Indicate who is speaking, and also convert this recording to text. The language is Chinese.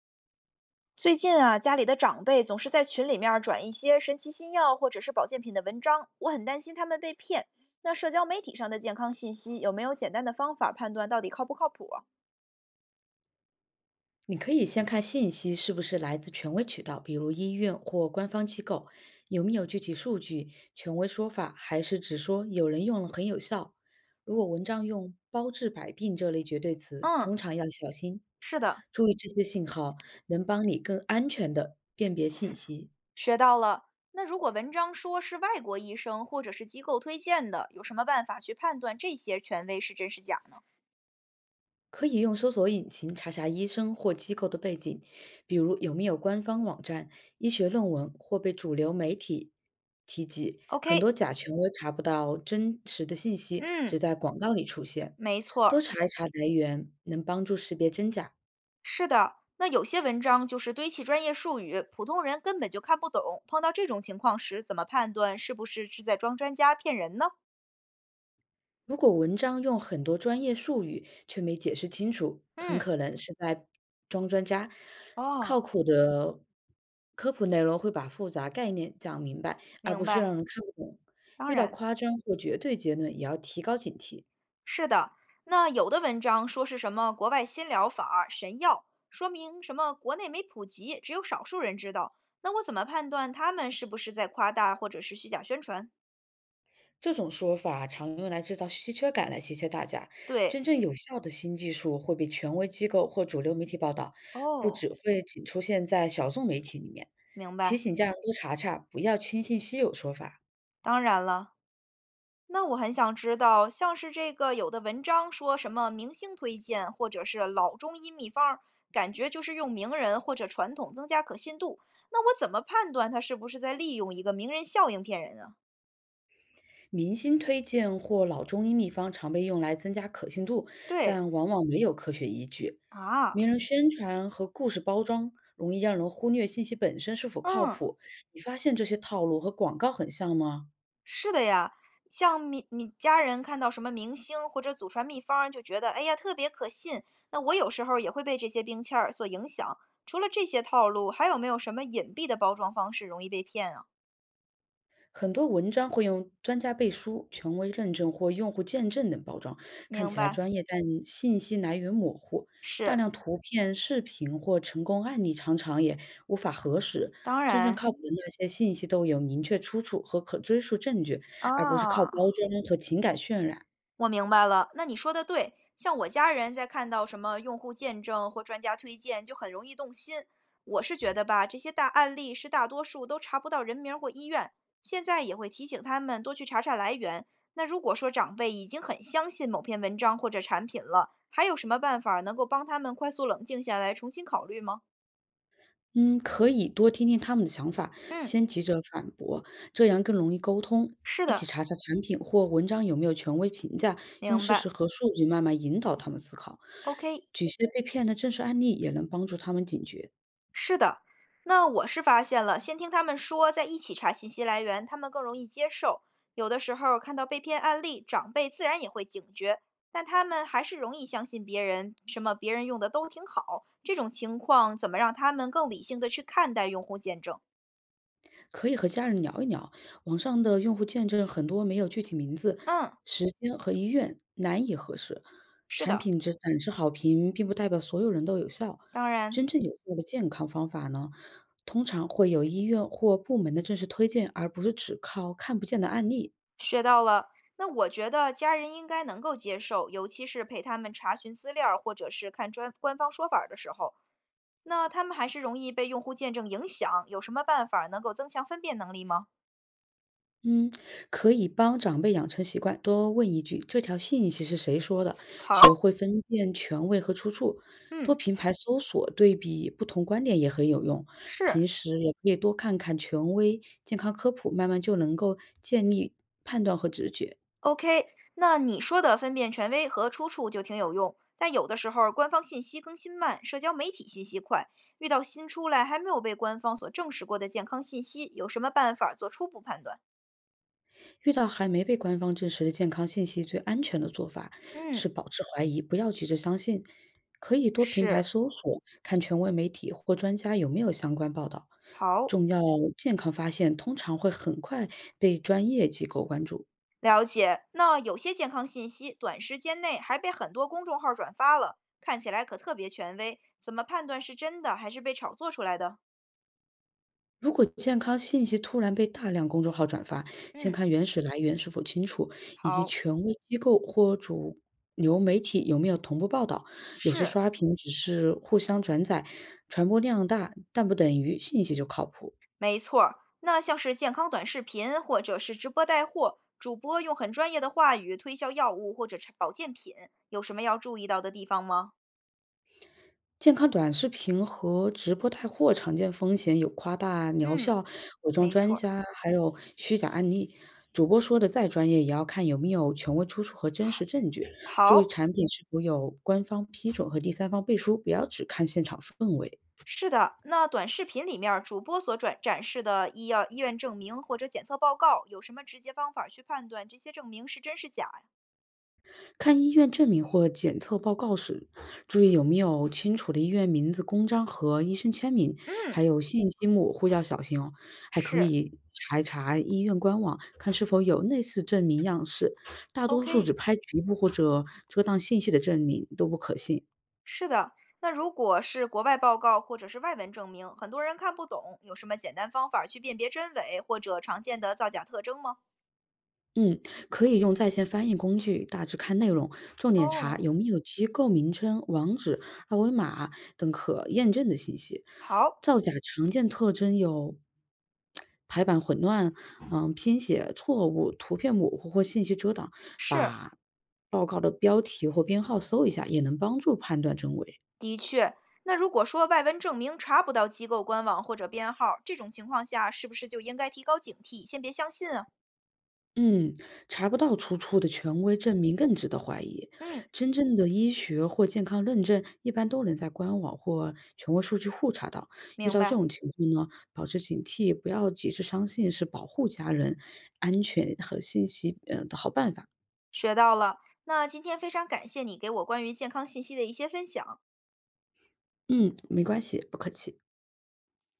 Speaker 1: 最近啊，家里的长辈总是在群里面儿转一些神奇新药或者是保健品的文章，我很担心他们被骗。那社交媒体上的健康信息有没有简单的方法判断到底靠不靠谱啊？
Speaker 2: 你可以先看信息是不是来自权威渠道，比如医院或官方机构，有没有具体数据、权威说法，还是只说有人用了很有效。如果文章用“包治百病”这类绝对词，
Speaker 1: 嗯，
Speaker 2: 通常要小心，
Speaker 1: 是的，
Speaker 2: 注意这些信号，能帮你更安全的辨别信息。
Speaker 1: 学到了。那如果文章说是外国医生或者是机构推荐的，有什么办法去判断这些权威是真是假呢
Speaker 2: 可以用搜索引擎查查医生或机构的背景，比如有没有官方网站、医学论文或被主流媒体提及。很
Speaker 1: ？OK，
Speaker 2: 多假权威查不到真实的信息，
Speaker 1: 嗯，
Speaker 2: 只在广告里出现。
Speaker 1: 没错
Speaker 2: 多
Speaker 1: 儿。
Speaker 2: 查一查来源，能帮助识别真假。
Speaker 1: 是的，那有些文章就是堆砌专业术语，普通人根本就看不懂。碰到这种情况时，怎么判断是不是在装专家骗人呢？
Speaker 2: 如果文章用很多专业术语却没解释清楚，很
Speaker 1: 嗯，
Speaker 2: 可能是在装专家。靠
Speaker 1: 哦，
Speaker 2: 谱的科普内容会把复杂概念讲明白，而不
Speaker 1: 明
Speaker 2: 是
Speaker 1: 白。
Speaker 2: 让人看不懂。
Speaker 1: 当
Speaker 2: 遇到
Speaker 1: 然，
Speaker 2: 夸张或绝对结论，也要提高警惕。
Speaker 1: 是的。那有的文章说是什么国外新疗法、神药，说明什么国内没普及，只有少数人知道。那我怎么判断他们是不是在夸大或者是虚假宣传？
Speaker 2: 这种说法常用来制造稀缺感来稀缺大家。真
Speaker 1: 对，
Speaker 2: 正有效的新技术会被权威机构或主流媒体报道，不只
Speaker 1: 哦，
Speaker 2: 会仅出现在小众媒体里面。
Speaker 1: 明
Speaker 2: 提
Speaker 1: 白。
Speaker 2: 醒家人多查查，不要轻信稀有说法。
Speaker 1: 当然了，那我很想知道，像是这个有的文章说什么明星推荐，或者是老中医秘方儿，感觉就是用名人或者传统增加可信度。那我怎么判断他是不是在利用一个名人效应骗人啊？
Speaker 2: 明星推荐或老中医秘方常被用来增加可信度，
Speaker 1: 对
Speaker 2: 但往往没有科学依据。名
Speaker 1: 啊，
Speaker 2: 人宣传和故事包装容易让人忽略信息本身是否靠
Speaker 1: 嗯，
Speaker 2: 谱。你发现这些套路和广告很像吗？
Speaker 1: 是的呀。像你家人看到什么明星或者祖传秘方儿，就觉得哎呀特别可信。那我有时候也会被这些冰签儿所影响。除了这些套路，还有没有什么隐蔽的包装方式容易被骗啊？
Speaker 2: 很多文章会用专家背书、权威认证或用户见证等包装，看
Speaker 1: 明
Speaker 2: 起来
Speaker 1: 白，
Speaker 2: 专业，但信息来源模糊。大
Speaker 1: 是。
Speaker 2: 量图片、视频或成功案例常常也无法核实。
Speaker 1: 当
Speaker 2: 真正
Speaker 1: 然，
Speaker 2: 靠谱的那些信息都有明确出处和可追溯证据，而不是靠包
Speaker 1: 啊，
Speaker 2: 装和情感渲染。
Speaker 1: 我明白了。那你说的对，像我家人在看到什么用户见证或专家推荐，就很容易动心。我是觉得吧，这些大案例是大多数都查不到人名儿或医院，现在也会提醒他们多去查查来源。那如果说长辈已经很相信某篇文章或者产品了，还有什么办法能够帮他们快速冷静下来，重新考虑吗？
Speaker 2: 嗯，可以多听听他们的想法，
Speaker 1: 嗯，
Speaker 2: 先急着反驳，这样更容易沟通。
Speaker 1: 是
Speaker 2: 一起
Speaker 1: 的，
Speaker 2: 查查产品或文章有没有权威评价，用
Speaker 1: 明
Speaker 2: 事实
Speaker 1: 白。
Speaker 2: 和数据慢慢引导他们思考。
Speaker 1: OK。
Speaker 2: 举些被骗的真实案例，也能帮助他们警觉。
Speaker 1: 是的，那我是发现了，先听他们说，再一起查信息来源，他们更容易接受。有的时候看到被骗案例，长辈自然也会警觉，但他们还是容易相信别人，什么别人用的都挺好。这种情况怎么让他们更理性的去看待用户见证？
Speaker 2: 可以和家人聊一聊，网上的用户见证很多没有具体名字，
Speaker 1: 嗯，
Speaker 2: 时间和医院难以核实。
Speaker 1: 是
Speaker 2: 产
Speaker 1: 的，
Speaker 2: 品只展示好评，并不代表所有人都有效。
Speaker 1: 当然
Speaker 2: 真正有效的健康方法呢，通常会有医院或部门的正式推荐，而不是只靠看不见的案例。
Speaker 1: 学到了。那我觉得家人应该能够接受，尤其是陪他们查询资料或者是看专官方说法儿的时候。那他们还是容易被用户见证影响，有什么办法能够增强分辨能力吗？
Speaker 2: 嗯，可以帮长辈养成习惯，多问一句“这条信息是谁说的”，学
Speaker 1: 好，
Speaker 2: 会分辨权威和出处，多
Speaker 1: 嗯，
Speaker 2: 平台搜索对比不同观点也很有用。
Speaker 1: 是
Speaker 2: 平时也可以多看看权威健康科普，慢慢就能够建立判断和直觉。
Speaker 1: ，OK。那你说的分辨权威和出处就挺有用，但有的时候官方信息更新慢，社交媒体信息快，遇到新出来还没有被官方所证实过的健康信息，有什么办法做初步判断？
Speaker 2: 遇到还没被官方证实的健康信息，最安全的做法
Speaker 1: 嗯，
Speaker 2: 是保持怀疑，不要急着相信。可以多平台
Speaker 1: 是，
Speaker 2: 搜索，看权威媒体或专家有没有相关报道。
Speaker 1: 好。
Speaker 2: 重要健康发现通常会很快被专业机构关注。
Speaker 1: 了解。那有些健康信息短时间内还被很多公众号转发了，看起来可特别权威，怎么判断是真的还是被炒作出来的？
Speaker 2: 如果健康信息突然被大量公众号转发，先
Speaker 1: 嗯，
Speaker 2: 看原始来源是否清楚，以及
Speaker 1: 好，
Speaker 2: 权威机构或主流媒体有没有同步报道。有时
Speaker 1: 是，
Speaker 2: 刷屏只是互相转载，传播量大，但不等于信息就靠谱。
Speaker 1: 没错儿。那像是健康短视频或者是直播带货，主播用很专业的话语推销药物或者产保健品，有什么要注意到的地方吗？
Speaker 2: 健康短视频和直播带货常见风险有夸大疗
Speaker 1: 嗯，
Speaker 2: 效、伪装
Speaker 1: 没
Speaker 2: 专
Speaker 1: 错儿。
Speaker 2: 家，还有虚假案例。主播说的再专业，也要看有没有权威出处和真实证据，注意
Speaker 1: 好，
Speaker 2: 产品是否有官方批准和第三方背书，不要只看现场氛围。
Speaker 1: 是的，那短视频里面儿主播所转展示的医药医院证明或者检测报告，有什么直接方法去判断这些证明是真是假呀？
Speaker 2: 看医院证明或检测报告时，注意有没有清楚的医院名字、公章和医生签名，还
Speaker 1: 嗯，
Speaker 2: 有信息模糊要小心哦。还可
Speaker 1: 是
Speaker 2: 以查一查医院官网，看是否有类似证明样式。大多数
Speaker 1: ，OK，
Speaker 2: 只拍局部或者遮挡信息的证明都不可信。
Speaker 1: 是的。那如果是国外报告或者是外文证明，很多人看不懂，有什么简单方法去辨别真伪或者常见的造假特征吗？
Speaker 2: 嗯，可以用在线翻译工具大致看内容，重点查
Speaker 1: 哦，
Speaker 2: 有没有机构名称、网址、二维码等可验证的信息。
Speaker 1: 好，
Speaker 2: 造假常见特征有排版混乱、拼写错误、图片模糊或信息遮挡。
Speaker 1: 是，
Speaker 2: 把报告的标题或编号搜一下，也能帮助判断真伪。
Speaker 1: 的确。那如果说外文证明查不到机构官网或者编号，这种情况下，是不是就应该提高警惕，先别相信啊？
Speaker 2: 嗯，查不到出处的权威证明更值得怀疑。
Speaker 1: 嗯。
Speaker 2: 真正的医学或健康认证一般都能在官网或权威数据库查到。遇
Speaker 1: 明
Speaker 2: 到这
Speaker 1: 白，
Speaker 2: 种情况呢，保持警惕，不要急着相信，是保护家人安全和信息的好办法。
Speaker 1: 学到了。那今天非常感谢你给我关于健康信息的一些分享。
Speaker 2: 嗯，没关系，不客气。